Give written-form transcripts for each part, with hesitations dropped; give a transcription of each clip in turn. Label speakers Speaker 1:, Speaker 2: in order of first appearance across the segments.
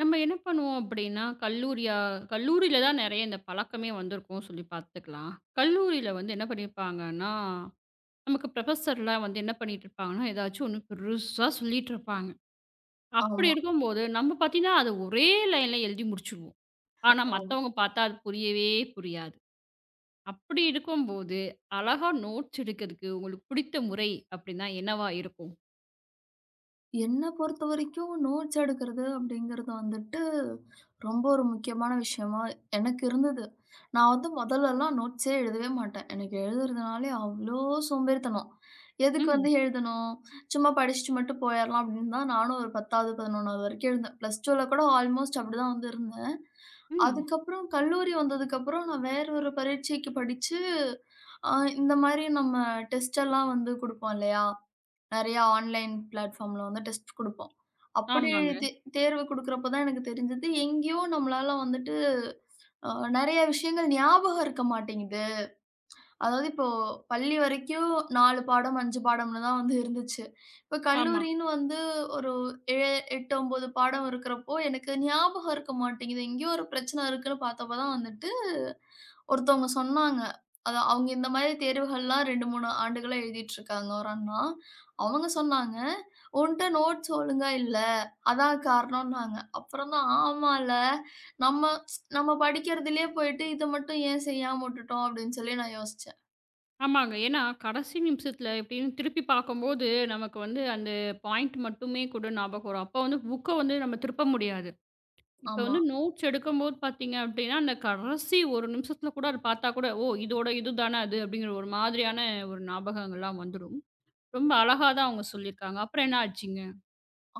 Speaker 1: நம்ம என்ன பண்ணுவோம் அப்படின்னா, கல்லூரியில தான் நெறைய இந்த பழக்கமே வந்திருக்கும்னு சொல்லி பார்த்துக்கலாம். கல்லூரியில வந்து என்ன பண்ணியிருப்பாங்கன்னா, நமக்கு புரொஃபசர்லாம் வந்து என்ன பண்ணிட்டு இருப்பாங்கன்னா, ஏதாச்சும் ஒண்ணு பெருசா சொல்லிட்டு இருப்பாங்க. அப்படி
Speaker 2: ஆமா,
Speaker 1: இருக்கும்போது, நம்ம பார்த்தீங்கன்னா, அத ஒரே லைன்ல எழுதி முடிச்சுருவோம். ஆனா,
Speaker 2: ஆமா.
Speaker 1: மத்தவங்க பார்த்தா அது புரியவே புரியாது. அப்படி இருக்கும்போது, அழகா நோட்ஸ் எடுக்கிறதுக்கு உங்களுக்கு பிடித்த முறை அப்படின்னா என்னவா இருக்கும்?
Speaker 2: என்ன பொறுத்தவரைக்கும் நோட்ஸ் எடுக்கிறது அப்படிங்கிறது வந்துட்டு, ரொம்ப ஒரு முக்கியமான விஷயமா எனக்கு இருந்தது. நான் வந்து முதல்லலாம் நோட்ஸே எழுதவே மாட்டேன். எனக்கு எழுதுறதுனாலே அவ்ளோ சோம்பேறித்தனம். எதுக்கு
Speaker 1: ம்,
Speaker 2: வந்து எழுதணும்? சும்மா படிச்சுட்டு மட்டும் போயிரலாம் அப்படின்னு தான் நானும் ஒரு 10வது, 11வது வரைக்கும் எழுந்தேன். பிளஸ் 2ல கூட ஆல்மோஸ்ட் அப்படிதான் வந்து இருந்தேன்.
Speaker 1: ம்.
Speaker 2: அதுக்கப்புறம் கல்லூரி வந்ததுக்கப்புறம் நான் வேற ஒரு பரீட்சைக்கு படிச்சு, அ இந்த மாரி நம்ம டெஸ்ட் எல்லாம் வந்து குடுப்போம் இல்லையா? நெறைய ஆன்லைன் பிளாட்ஃபார்ம்ல வந்து டெஸ்ட் குடுப்போம். அப்படி
Speaker 1: ஆமாங்க.
Speaker 2: தே தேர்வு குடுக்குறப்ப தான் எனக்கு தெரிஞ்சது, எங்கேயோ நம்மளால வந்துட்டு அ நெறைய விஷயங்கள் ஞாபகம் இருக்க மாட்டேங்குது. அதாவது இப்போ பள்ளி வரைக்கும் 4 பாடம், 5 பாடம்னு தான் வந்து இருந்துச்சு. இப்போ
Speaker 1: ஆமா.
Speaker 2: கல்லூரின்னு வந்து ஒரு ஏ 8, 9 பாடம் இருக்கிறப்போ எனக்கு ஞாபகம் இருக்க மாட்டேங்குது. எங்கேயோ ஒரு பிரச்சனை இருக்குன்னு பார்த்தப்ப தான் வந்துட்டு ஒருத்தவங்க சொன்னாங்க. அது அவங்க இந்த மாரி தேர்வுகள்லாம் 2, 3 ஆண்டுகளா எழுதிட்டுருக்காங்க ஒரு அண்ணா. அவங்க சொன்னாங்க, "உன்ட்ட நோட்ஸ் ஒழுங்கா இல்ல. அதான் காரணம்னாங்க." அப்புறம் தான் ஆமால்ல. நம்ம நம்ம படிக்கிறதிலேயே போயிட்டு இத மட்டும் ஏன் செய்யாம உட்டுட்டோம் அப்படின்னு சொல்லி நான் யோசிச்சேன்.
Speaker 1: ஆமாங்க. ஏன்னா, கடைசி நிமிஷத்துல எப்படின்னு திருப்பி பார்க்கும்போது, நமக்கு வந்து அந்த பாயிண்ட் மட்டுமே கூட ஞாபகம் வரும். அப்போ வந்து புக்க வந்து நம்ம திருப்ப முடியாது. இப்ப
Speaker 2: ஆமா.
Speaker 1: வந்து நோட்ஸ் எடுக்கும்போது பார்த்தீங்க அப்படின்னா, அந்த கடைசி 1 நிமிஷத்துல கூட அது பார்த்தா கூட, "ஓ! இதோட இது தான அது." அப்படிங்கிற ஒரு மாதிரியான ஒரு ஞாபகங்கள்லாம் வந்துரும். ரொம்ப அழகா தான் அவங்க சொல்லியிருக்காங்க. அப்புறம் என்ன ஆச்சுங்க?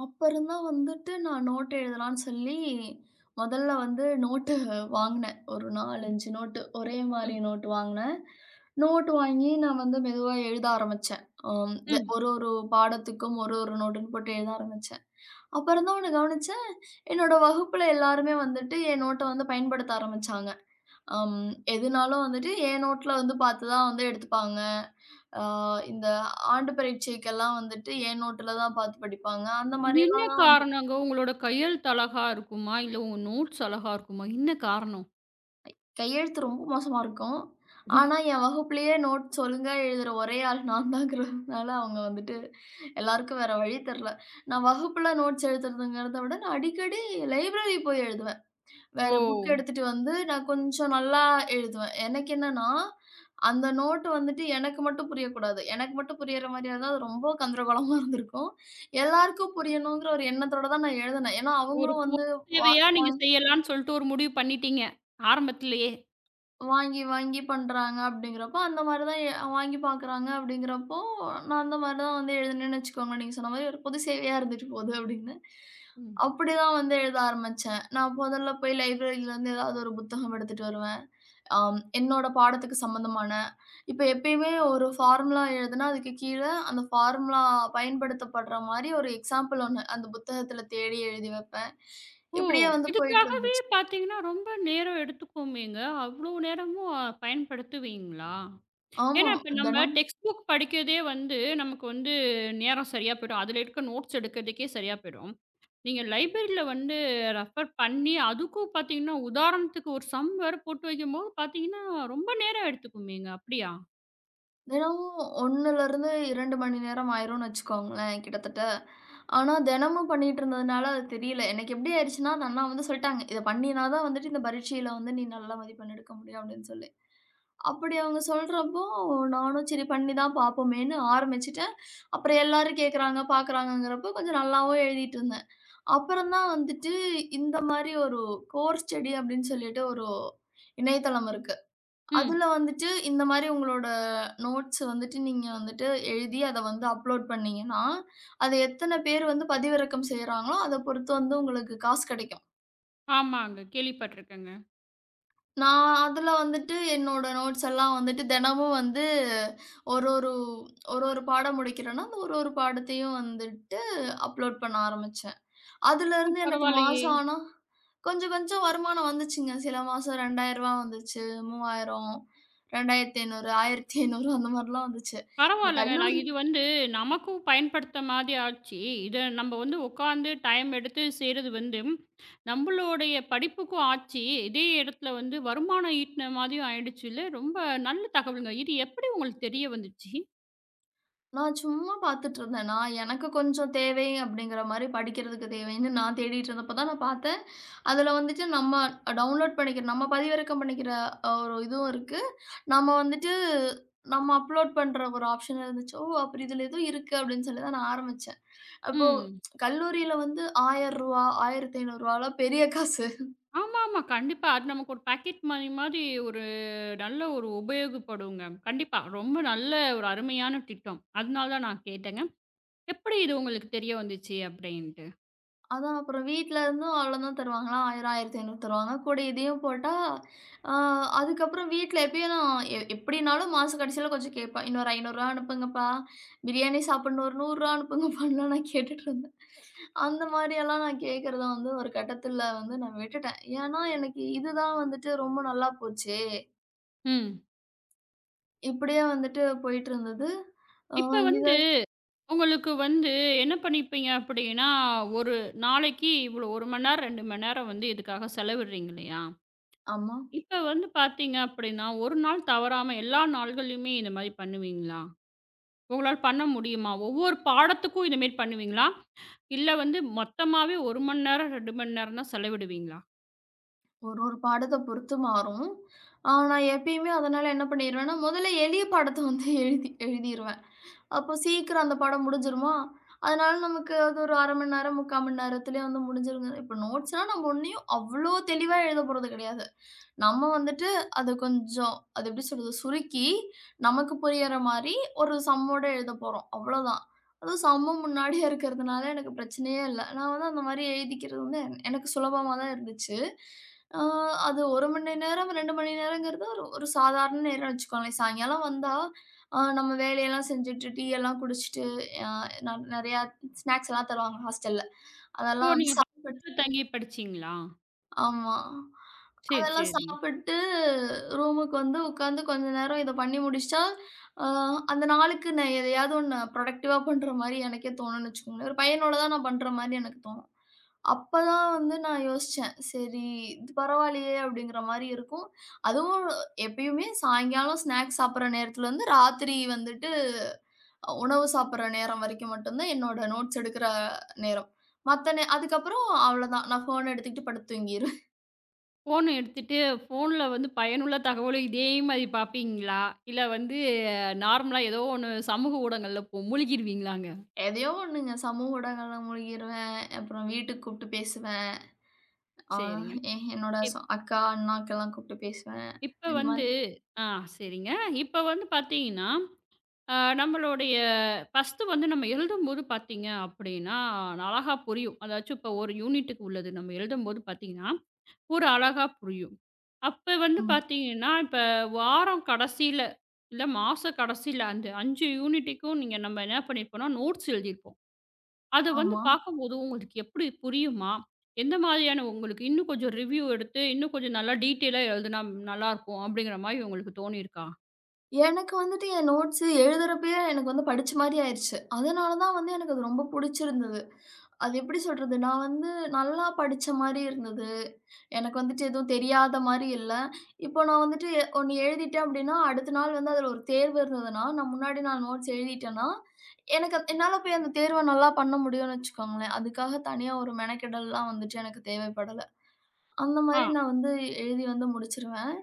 Speaker 2: அப்புறம் தான் வந்துட்டு நான் நோட் எழுதலாம்னு சொல்லி, முதல்ல வந்து நோட்டு வாங்குனேன். ஒரு 4,
Speaker 1: ம்,
Speaker 2: 5 நோட்டு ஒரே மாரி
Speaker 1: ம்,
Speaker 2: நோட்டு வாங்குனேன். நோட்டு வாங்கி நான் வந்து மெதுவா எழுத ஆரம்பிச்சேன். அம் த
Speaker 1: ம்.
Speaker 2: ஒரு ஒரு பாடத்துக்கும் ஒரு ஒரு நோட்டுன்னு போட்டு எழுத ஆரம்பிச்சேன். அப்புறம் தான் ஒண்ணு கவனிச்சேன், என்னோட வகுப்புல எல்லாருமே வந்துட்டு என் நோட்ட வந்து பயன்படுத்த ஆரம்பிச்சாங்க. அம் எதுனாலும் வந்துட்டு என் நோட்ல வந்து பார்த்து தான் வந்து எடுத்துப்பாங்க. அ இந்த ஆண்டு பரீட்சைக்கெல்லாம் வந்துட்டு என் நோட்டுல தான் பார்த்து படிப்பாங்க. அந்த
Speaker 1: என்ன
Speaker 2: மாரியெல்லாம் தான் வந்து
Speaker 1: காரணங்க? உங்களோட கையெழுத்து அழகா இருக்குமா? இல்ல உங்க நோட்ஸ் அழகா இருக்குமா? என்ன காரணம்?
Speaker 2: கையெழுத்து ரொம்ப மோசமா இருக்கும். ஆனா, என் வகுப்பிலேயே நோட்ஸ் ஒழுங்கா எழுதுற ஒரே ஆள் நான் தாங்கிறதுனால, அவங்க வந்துட்டு எல்லாருக்கும் வேற வழி தெரியல. நான் வகுப்புல நோட்ஸ் எழுதுறதுங்கிறத விட, நான் அடிக்கடி லைப்ரரி போய் எழுதுவேன்.
Speaker 1: ஓ!
Speaker 2: வேற புக் எடுத்துட்டு வந்து நான் கொஞ்சம் நல்லா எழுதுவேன். எனக்கு என்னன்னா, அந்த நோட் வந்துட்டு எனக்கு மட்டும் புரியக்கூடாது. எனக்கு மட்டும் புரியிற மாரியா இருந்தா, அது ரொம்ப கந்தரகோலமா இருந்திருக்கும். எல்லாருக்கும் புரியணுங்கிற ஒரு எண்ணத்தோட தான் நான் எழுதினேன். ஏன்னா,
Speaker 1: ஒரு
Speaker 2: அவங்களும்
Speaker 1: பொது
Speaker 2: வந்து வா
Speaker 1: சேவையா நீங்க செய்யலான்னு சொல்லிட்டு ஒரு முடிவு பண்ணிட்டீங்க, ஆரம்பத்திலேயே.
Speaker 2: வாங்கி, வாங்கி பண்றாங்க அப்படிங்கிறப்ப, அந்த மாரி தான் வாங்கி பார்க்குறாங்க அப்படிங்கிறப்போ, நான் அந்த மாரி தான் வந்து எழுதினேன்னு வச்சுக்கோங்களேன். நீங்க சொன்ன மாரி ஒரு பொது சேவையா இருந்துட்டு போகுது அப்படின்னு.
Speaker 1: ம்.
Speaker 2: அப்படிதான் வந்து எழுத ஆரம்பிச்சேன். நான் முதல்ல போய் லைப்ரரியிலேருந்து ஏதாவது ஒரு புத்தகம் எடுத்துட்டு வருவேன். என்னோட பாடத்துக்கு சம்மந்தமான இப்ப எப்பயுமே ஒரு ஃபார்முலா எழுதுனா, அதுக்கு கீழ அந்த ஃபார்முலா பயன்படுத்தப்படுற மாரி ஒரு எக்ஸாம்பிள் ஒண்ணு அந்த புத்தகத்தில தேடி எழுதி வைப்பேன்.
Speaker 1: ஓ!
Speaker 2: இப்படியே வந்து போயிட்டு
Speaker 1: இதுக்காகவே
Speaker 2: இருந்துச்சு.
Speaker 1: பார்த்தீங்கன்னா, ரொம்ப நேரம் எடுத்துக்குமேங்க. அவ்ளோ நேரமும் அ பயன்படுத்துவீங்களா?
Speaker 2: ஆமா.
Speaker 1: ஏன்னா, இப்ப நம்ம
Speaker 2: தினம்
Speaker 1: டெக்ஸ்ட் புக் படிக்கிறதே வந்து நமக்கு வந்து நேரம் சரியா போயிடும். அதில இருக்க நோட்ஸ் எடுக்கிறதுக்கே சரியா போயிடும். நீங்க லைப்ரரியில வந்து ரெஃபர் பண்ணி, அதுக்கும் பார்த்தீங்கன்னா, உதாரணத்துக்கு ஒரு சம் வேற போட்டு வைக்கும்போது பார்த்தீங்கன்னா, ரொம்ப நேரம் எடுத்துக்குமேங்க. அப்படியா?
Speaker 2: தினமும் 1லிருந்து 2 மணி நேரம் ஆயிரும்னு வச்சுக்கோங்களேன் கிட்டத்தட்ட. ஆனா தினமும் பண்ணிட்டு இருந்ததுனால அது தெரியல. எனக்கு எப்படி ஆயிருச்சுன்னா, அந்த அண்ணா வந்து சொல்ட்டாங்க, "இத பண்ணினா தான் வந்துட்டு இந்த பரீட்சையில வந்து நீ நல்ல மதிப்பெண் எடுக்க முடியும்" அப்படின்னு சொல்லி. அப்படி அவங்க சொல்றப்போ, நானும் சரி பண்ணி தான் பார்ப்போமேன்னு ஆரம்பிச்சுட்டேன். அப்புறம் எல்லாரும் கேட்குறாங்க, பார்க்குறாங்கங்கிறப்போ கொஞ்சம் நல்லாவும் எழுதிட்டு இருந்தேன். அப்புறம் தான் வந்துட்டு இந்த மாரி ஒரு கோர் ஸ்டடி அப்படின்னு சொல்லிட்டு ஒரு இணையதளம் இருக்கு.
Speaker 1: ம்.
Speaker 2: அதுல வந்துட்டு இந்த மாரி உங்களோட நோட்ஸ் வந்துட்டு நீங்க வந்துட்டு எழுதி அத வந்து அப்லோட் பண்ணீங்கன்னா, அத எத்தன பேர் வந்து பதிவிறக்கம் செய்றாங்களோ, அத பொறுத்து வந்து உங்களுக்கு காசு கிடைக்கும்.
Speaker 1: ஆமாங்க. கேள்விப்பட்டுருக்கேங்க.
Speaker 2: நான் அதுல வந்துட்டு என்னோட நோட்ஸ் எல்லாம் வந்துட்டு தினமும் வந்து ஒரு ஒரு ஒரு ஒரு பாடம் முடிக்கிறேன்னா, அந்த ஒரு ஒரு பாடத்தையும் வந்துட்டு அப்லோட் பண்ண ஆரம்பிச்சேன்.
Speaker 1: ஓ!
Speaker 2: அதுலருந்து எனக்கு
Speaker 1: பரவாயில்லையே!
Speaker 2: மாசம் ஆனா, கொஞ்சம் கொஞ்சம் வருமானம் வந்துச்சுங்க. சில மாசம் ரூ. 2000 வந்துச்சு, 3000, 2500, 1500 அந்த மாரிலாம் வந்துச்சு. இப்ப
Speaker 1: பரவாயில்லங்க. நான்
Speaker 2: கல்லூரி
Speaker 1: இது வந்து நமக்கும் பயன்படுத்த மாதிரி ஆச்சு. இத நம்ம வந்து உட்காந்து டைம் எடுத்து செய்றது வந்து, நம்மளுடைய படிப்புக்கும் ஆச்சு. இதே இடத்துல வந்து வருமானம் ஈட்டின மாதிரியும் ஆயிடுச்சுல்ல. ரொம்ப நல்ல தகவலுங்க. இது எப்படி உங்களுக்கு தெரிய வந்துச்சு?
Speaker 2: நான் சும்மா பாத்துட்டு இருந்தேன். நான் எனக்கு கொஞ்சம் தேவை அப்படிங்கிற மாரி படிக்கிறதுக்கு தேவைன்னு நான் தேடிட்டு இருந்தப்ப தான் நான் பாத்தேன். அதுல வந்துட்டு நம்ம டவுன்லோட் பண்ணிக்கிற நம்ம பதிவிறக்கம் பண்ணிக்கிற ஒரு இதுவும் இருக்கு. நம்ம வந்துட்டு நம்ம அப்லோட் பண்ற ஒரு ஆப்ஷன் இருந்துச்சு. ஓ! அப்படி இதுல ஏதோ இருக்கு அப்படின்னு சொல்லி தான் நான் ஆரம்பிச்சேன். அப்போ
Speaker 1: ம்.
Speaker 2: கல்லூரியில வந்து ரூ. 1000, ரூ. 1500லாம் பெரிய காசு.
Speaker 1: ஆமாமா. கண்டிப்பா. அது நமக்கு ஒரு பாக்கெட் மணி மாதிரி ஒரு நல்ல ஒரு உபயோகப்படுங்க. கண்டிப்பா. ரொம்ப நல்ல ஒரு அருமையான திட்டம். அதனால தான் நான் கேட்டேங்க. எப்படி இது உங்களுக்கு தெரிய வந்துச்சு? அப்படின்ட்டு.
Speaker 2: அதான் அப்புறம் வீட்ல இருந்தும் அவ்வளோதான் தருவாங்களா, 1000, 1500 தருவாங்க. கூட இதையும் போட்டா, ஆ அதுக்கப்புறம் வீட்ல எப்பயும் நான் எப்படினாலும் மாச கடைசியில கொஞ்சம் கேட்பேன். "இன்னொரு ரூ. 500 அனுப்புங்கப்பா, பிரியாணி சாப்பிடணும் ஒரு ரூ. 100 அனுப்புங்கப்பான்லாம்" நான் கேட்டுட்டுருந்தேன். அந்த மாரியெல்லாம் நான் கேட்கிறத வந்து ஒரு கட்டத்துல வந்து நான் விட்டுட்டேன். ஏன்னா, எனக்கு இதுதான் வந்துட்டு ரொம்ப நல்லா போச்சே!
Speaker 1: ம்.
Speaker 2: இப்படியே வந்துட்டு போயிட்டு இருந்தது. ஆ
Speaker 1: இப்ப
Speaker 2: இத
Speaker 1: வந்து உங்களுக்கு வந்து என்ன பண்ணிப்பீங்க அப்படின்னா, ஒரு நாளைக்கு இவ்வளோ 1 மணி நேரம், 2 மணி நேரம் வந்து இதுக்காக செலவிடுறீங்க இல்லையா?
Speaker 2: ஆமா.
Speaker 1: இப்ப வந்து பார்த்தீங்க அப்படின்னா, 1 நாள் தவறாம எல்லா நாள்கள்லயுமே இந்த மாரி பண்ணுவீங்களா? உங்களால பண்ண முடியுமா? ஒவ்வொரு பாடத்துக்கும் இந்த மாரி பண்ணுவீங்களா? இல்ல வந்து மொத்தமாவே 1 மணி நேரம், 2 மணி நேரம் தான் செலவிடுவீங்களா?
Speaker 2: ஒரு ஒரு பாடத்த பொறுத்து மாறும். நான் எப்பயுமே அதனால என்ன பண்ணிருவேன்னா, முதல்ல எளிய பாடத்த வந்து எழுதி எழுதிருவேன். அப்போ சீக்கிரம் அந்த பாடம் முடிஞ்சிருமா? அதனால நமக்கு அது ஒரு 1/2 மணி நேரம், 3/4 மணி நேரத்திலயே வந்து முடிஞ்சிருங்க. இப்ப நோட்ஸ்னா நம்ம ஒண்ணையும் அவ்ளோ தெளிவா எழுதப் போறது கிடையாது. நம்ம வந்துட்டு அத கொஞ்சம் அது எப்படி சொல்றது? சுருக்கி, நமக்கு புரியற மாரி ஒரு சம்மோட எழுதப் போறோம். அவ்வளோதான். அதுவும் சம்மம் முன்னாடியே இருக்கிறதுனால எனக்கு பிரச்சனையே இல்ல. நான் வந்து அந்த மாரி எழுதிக்கிறது வந்து எனக்கு சுலபமா தான் இருந்துச்சு. ஆ அது 1 மணி நேரம், 2 மணி நேரங்கிறது ஒரு ஒரு சாதாரண நேரம் வச்சுக்கோங்களேன். சாயங்காலம் வந்தா, நம்ம வேலையெல்லாம் செஞ்சுட்டு, டீ எல்லாம் குடிச்சிட்டு, அ ந நெறையா ஸ்நாக்ஸ் எல்லாம் தருவாங்க ஹாஸ்டல்ல.
Speaker 1: ஓ!
Speaker 2: அதெல்லாம் வந்து
Speaker 1: நீங்க
Speaker 2: சாப்பிட்டு
Speaker 1: ஹாஸ்டல்ல தங்கி படிச்சீங்களா?
Speaker 2: ஆமா.
Speaker 1: சரி,
Speaker 2: அதெல்லாம்
Speaker 1: சரி.
Speaker 2: சாப்பிட்டு ரூமுக்கு வந்து உட்காந்து கொஞ்ச நேரம் இத பண்ணி முடிச்சுட்டா, அ அந்த நாளுக்கு நான் எதையாவது ஒண்ணு ப்ரொடக்டிவா பண்ற மாரி எனக்கே தோணும்னு வச்சுக்கோங்களேன். ஒரு பையனோட தான் நான் பண்ற மாரி எனக்கு தோணும். அப்பதான் வந்து நான் யோசிச்சேன். சரி இது பரவாயில்லையே! அப்படிங்கிற மாரி இருக்கும். அதுவும் எப்பயுமே சாயங்காலம் ஸ்நாக்ஸ் சாப்பிடுற நேரத்துலருந்து ராத்திரி வந்துட்டு உணவு சாப்பிடுற நேரம் வரைக்கும் மட்டும் தான் என்னோட நோட்ஸ் எடுக்கிற நேரம். மத்த நே அதுக்கப்புறம் அவ்வளதான். நான் ஃபோன் எடுத்துக்கிட்டு படுத்து தூங்கிருவேன்.
Speaker 1: ஃபோன் எடுத்துட்டு, ஃபோன்ல வந்து பயனுள்ள தகவலும் இதே மாரி பார்ப்பீங்களா? இல்ல வந்து நார்மலா ஏதோ ஒண்ணு சமூக ஊடகங்கள்ல போ மூழ்கிருவீங்களாங்க?
Speaker 2: எதையோ ஒண்ணுங்க. சமூக ஊடகங்கள்ல மூழ்கிருவேன். அப்புறம் வீட்டுக்கு கூப்ட்டு பேசுவேன். ஆ
Speaker 1: சரிங்க.
Speaker 2: எ என்னோட
Speaker 1: இப்
Speaker 2: அக்கா, அண்ணாக்கெல்லாம் கூப்ட்டு பேசுவேன்.
Speaker 1: இப்ப
Speaker 2: இந்த
Speaker 1: வந்து
Speaker 2: மாரி
Speaker 1: ஆ சரிங்க. இப்ப வந்து பார்த்தீங்கன்னா, அ நம்மளுடைய ஃபர்ஸ்ட்டு வந்து நம்ம எழுதும்போது பார்த்தீங்க அப்படின்னா, அழகா புரியும். அதாச்சும் இப்போ ஒரு யூனிட்டுக்கு உள்ளது நம்ம எழுதும்போது பார்த்தீங்கன்னா ஒரு அழகா புரியும். அப்ப வந்து
Speaker 2: ம்.
Speaker 1: பார்த்தீங்கன்னா, இப்ப வாரம் கடைசியில, இல்ல மாச கடைசியில அந்த 5 யூனிட்டுக்கும் நீங்க நம்ம என்ன பண்ணியிருப்போம்னா, நோட்ஸ் எழுதியிருப்போம். அத வந்து
Speaker 2: ஆமா.
Speaker 1: பார்க்கும்போது உங்களுக்கு எப்படி புரியுமா? எந்த மாதிரியான உங்களுக்கு இன்னும் கொஞ்சம் ரிவ்யூ எடுத்து, இன்னும் கொஞ்சம் நல்லா டீட்டெயிலா எழுதுனா நல்லாயிருக்கும் அப்படிங்கிற மாரி உங்களுக்கு தோணியிருக்கா?
Speaker 2: எனக்கு வந்துட்டு என் நோட்ஸு எழுதுறப்பயே எனக்கு வந்து படிச்ச மாரி ஆயிருச்சு. அதனால தான் வந்து எனக்கு அது ரொம்ப புடிச்சிருந்தது. அது எப்படி சொல்றது? நான் வந்து நல்லா படிச்ச மாரி இருந்தது. எனக்கு வந்துட்டு எதுவும் தெரியாத மாரி இல்ல. இப்போ நான் வந்துட்டு ஒண்ணு எழுதிட்டேன் அப்டின்னா, அடுத்த நாள் வந்து அதுல ஒரு தேர்வு இருந்ததுன்னா, நான் முன்னாடி நாள் நோட்ஸ் எழுதிட்டேன்னா, எனக்கு என்னால போய் அந்த தேர்வ நல்லா பண்ண முடியும்னு வச்சுக்கோங்களேன். அதுக்காக தனியா ஒரு மெனக்கெடல்லாம் வந்துட்டு எனக்கு தேவைப்படல. அந்த
Speaker 1: ஆ.
Speaker 2: மாரி நான் வந்து எழுதி வந்து முடிச்சுருவேன்.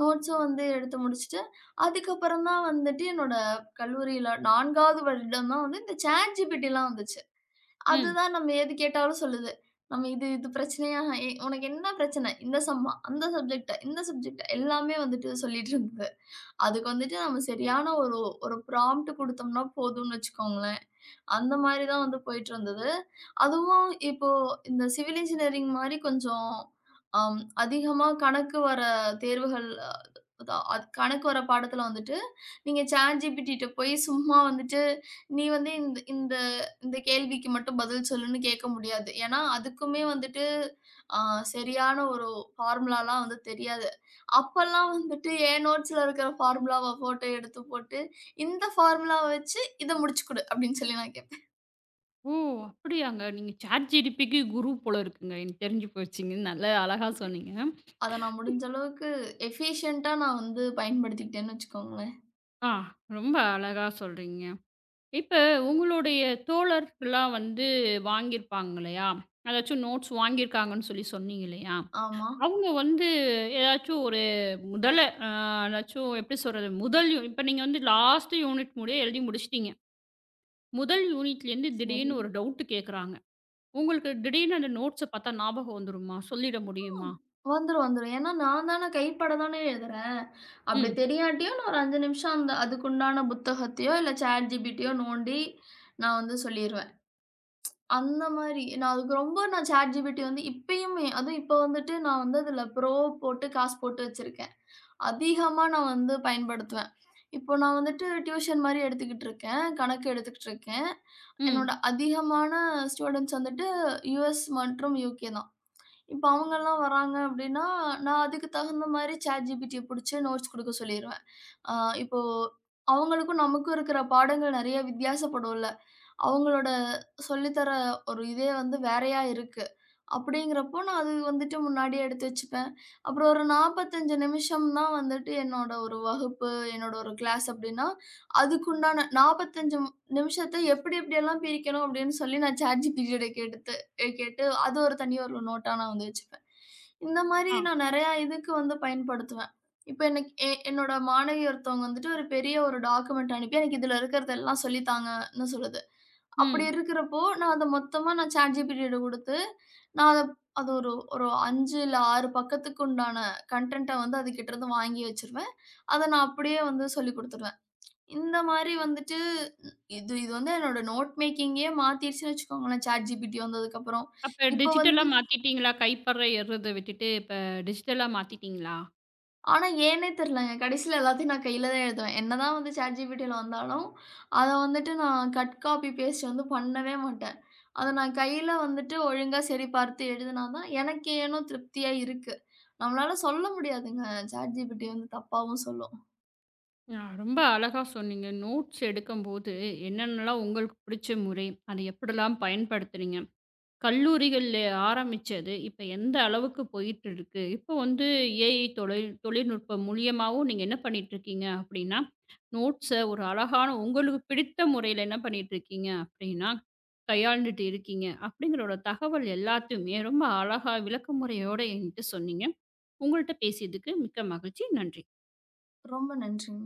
Speaker 2: நோட்ஸும் வந்து எடுத்து முடிச்சுட்டு, அதுக்கப்புறம் தான் வந்துட்டு என்னோட கல்லூரியில 4வது வருடம் தான் வந்து இந்த Chat GPTலாம் வந்துச்சு.
Speaker 1: ம்.
Speaker 2: அதுதான் நம்ம எது கேட்டாலும் சொல்லுது. நம்ம இது இது பிரச்சனையா? உனக்கு என்ன பிரச்சனை? இந்த சம்மா, அந்த சப்ஜெக்ட்டா, இந்த சப்ஜெக்ட்டா எல்லாமே வந்துட்டு சொல்லிட்டு இருந்தது. அதுக்கு வந்துட்டு நம்ம சரியான ஒரு ஒரு ப்ராம்ப்ட் குடுத்தோம்னா போதும்னு வச்சுக்கோங்களேன். அந்த மாரி தான் வந்து போயிட்டுருந்தது. அதுவும் இப்போ இந்த சிவில் இன்ஜினியரிங் மாரி கொஞ்சம் அதிகமா கணக்கு வர தேர்வுகள் தான் அது கணக்கு வர பாடத்துல வந்துட்டு, நீங்க ChatGPTட்ட போய் சும்மா வந்துட்டு, "நீ வந்து இந்த இந்த இந்த கேள்விக்கு மட்டும் பதில் சொல்லுன்னு" கேட்க முடியாது. ஏன்னா, அதுக்குமே வந்துட்டு அ சரியான ஒரு ஃபார்முலாலாம் வந்து தெரியாது. அப்பல்லாம் வந்துட்டு என் நோட்ஸ்ல இருக்கிற ஃபார்முலாவ போட்டு எடுத்து போட்டு, "இந்த ஃபார்முலாவ வச்சு இத முடிச்சு குடு" அப்படின்னு சொல்லி நான் கேப்பேன்.
Speaker 1: ஓ! அப்படியாங்க. நீங்க ChatGPTக்கு குரு போல இருக்குங்க. எனக்கு தெரிஞ்சு போச்சுங்க. நல்லா அழகா சொன்னீங்க.
Speaker 2: அத நான் முடிஞ்ச அளவுக்கு எஃபிஷியன்ட்டா நான் வந்து பயன்படுத்திக்கிட்டேன்னு வச்சுக்கோங்களேன்.
Speaker 1: ஆ. ரொம்ப அழகா சொல்றீங்க. இப்ப உங்களுடைய தோழர்கள்லாம் வந்து வாங்கியிருப்பாங்க இல்லையா? அதாச்சும் நோட்ஸ் வாங்கியிருக்காங்கன்னு சொல்லி சொன்னீங்க இல்லையா?
Speaker 2: ஆமா.
Speaker 1: அவங்க வந்து ஏதாச்சும் ஒரு முதல அ ஏதாச்சும் எப்படி சொல்றது? முதல் யூ இப்ப நீங்க வந்து லாஸ்ட் யூனிட் முடிய எழுதி முடிச்சுட்டீங்க. முதல் யூனிட்லேருந்து திடீர்னு
Speaker 2: சரி.
Speaker 1: ஒரு டவுட் கேட்குறாங்க. உங்களுக்கு திடீர்னு அந்த நோட்ஸ பார்த்தா ஞாபகம் வந்துருமா? சொல்லிட முடியுமா?
Speaker 2: வந்துரும். ஏன்னா நான் தானே கைப்பட தானே எழுதுறேன். அப்படி
Speaker 1: ம்,
Speaker 2: தெரியாட்டியும் நான் ஒரு 5 நிமிஷம் அந்த அதுக்குண்டான புத்தகத்தையோ, இல்ல ChatGPTயோ நோண்டி நான் வந்து சொல்லிருவேன். அந்த மாரி நான் அதுக்கு ரொம்ப நான் ChatGPT வந்து இப்பயுமே அதுவும் இப்ப வந்துட்டு நான் வந்து அதுல போட்டு காசு போட்டு வச்சிருக்கேன். அதிகமா நான் வந்து பயன்படுத்துவேன். இப்போ நான் வந்துட்டு டியூஷன் மாரி எடுத்துக்கிட்டுருக்கேன். கணக்கு எடுத்துக்கிட்டுருக்கேன். என்னோட
Speaker 1: ம்,
Speaker 2: அதிகமான ஸ்டூடண்ட்ஸ் வந்துட்டு யுஎஸ் மற்றும் யுகே தான். இப்போ அவங்கலாம் வராங்க அப்டின்னா, நான் அதுக்கு தகுந்த மாரி ChatGPTய புடிச்சு நோட்ஸ் குடுக்க சொல்லிருவேன். அ இப்போ அவங்களுக்கும் நமக்கும் இருக்கிற பாடங்கள் நெறைய வித்தியாசப்படும்ல. அவங்களோட சொல்லித்தர ஒரு இதே வந்து வேறையா இருக்கு. அப்படிங்கிறப்போ நான் அது வந்துட்டு முன்னாடியே எடுத்து வச்சுப்பேன். அப்புறம் ஒரு 45 நிமிஷம் தான் வந்துட்டு என்னோட ஒரு வகுப்பு, என்னோட ஒரு கிளாஸ் அப்படின்னா, அதுக்குண்டான 45 நிமிஷத்த எப்படி எப்படியெல்லாம் பிரிக்கணும் அப்படின்னு சொல்லி நான் ChatGPT ட கேட்டு அது ஒரு தனி ஒரு நோட்டா நான் வந்து வச்சுப்பேன். இந்த மாரி
Speaker 1: ஆ,
Speaker 2: நான் நெறையா இதுக்கு வந்து பயன்படுத்துவேன். இப்ப எனக்கு என்னோட மாணவி ஒருத்தவங்க வந்துட்டு ஒரு பெரிய ஒரு டாக்குமெண்ட் அனுப்பி எனக்கு இதுல இருக்கிறதெல்லாம் சொல்லித்தாங்கன்னு சொல்லுது. அப்படி
Speaker 1: ம்.
Speaker 2: இருக்கிறப்போ, நான் அத மொத்தமா நான் ChatGPT-ட குடுத்து, நான் அத அது ஒரு ஒரு 5 இல்ல 6 பக்கத்துக்கு உண்டான கன்டென்ட்ட வந்து அதுகிட்டருந்து வாங்கி வச்சுருவேன். அத நான் அப்படியே வந்து சொல்லிக் குடுத்துருவேன். இந்த மாரி வந்துட்டு இது இது வந்து என்னோட நோட் மேக்கிங்கே மாத்திருச்சுன்னு வச்சுக்கோங்களேன், ChatGPT வந்ததுக்கப்புறம்.
Speaker 1: அப்ப
Speaker 2: இப்ப
Speaker 1: டிஜிட்டலா
Speaker 2: வந்து
Speaker 1: மாத்திட்டீங்களா? கைப்பட எழுதுறத விட்டுட்டு இப்ப டிஜிட்டலா மாத்திட்டீங்களா?
Speaker 2: ஆனா ஏன்னே தெரியலங்க. கடைசில எல்லாத்தையும் நான் கையில தான் எழுதுவேன். என்னதான் வந்து ChatGPT-ல வந்தாலும், அத வந்துட்டு நான் கட் காப்பி, பேஸ்ட் வந்து பண்ணவே மாட்டேன். அத நான் கையில வந்துட்டு ஒழுங்கா சரி பார்த்து எழுதுனா தான், எனக்கு ஏனோ திருப்தியா இருக்கு. நம்மளால சொல்ல முடியாதுங்க. சாட் ஜிபிடி வந்து தப்பாவும் சொல்லும்.
Speaker 1: ஆ, ரொம்ப அழகா சொன்னீங்க. நோட்ஸ் எடுக்கும்போது என்னென்னலாம் உங்களுக்கு பிடிச்ச முறை, அதை எப்படிலாம் பயன்படுத்துறீங்க? கல்லூரிகள்ல ஆரம்பிச்சது, இப்ப எந்த அளவுக்கு போயிட்டு இருக்கு? இப்போ வந்து ஏஐ தொழில் தொழில்நுட்பம் மூலியமாவும் நீங்க என்ன பண்ணிட்டுருக்கீங்க அப்படின்னா, நோட்ஸ ஒரு அழகான உங்களுக்கு பிடித்த முறையில என்ன பண்ணிட்டுருக்கீங்க அப்படின்னா, கையாண்டுட்டு இருக்கீங்க. அப்படிங்கிறோட தகவல் எல்லாத்தையுமே ரொம்ப அழகா விளக்க முறையோட என்கிட்ட சொன்னீங்க. உங்கள்ட்ட பேசியதுக்கு மிக்க மகிழ்ச்சி. நன்றி.
Speaker 2: ரொம்ப நன்றிங்க.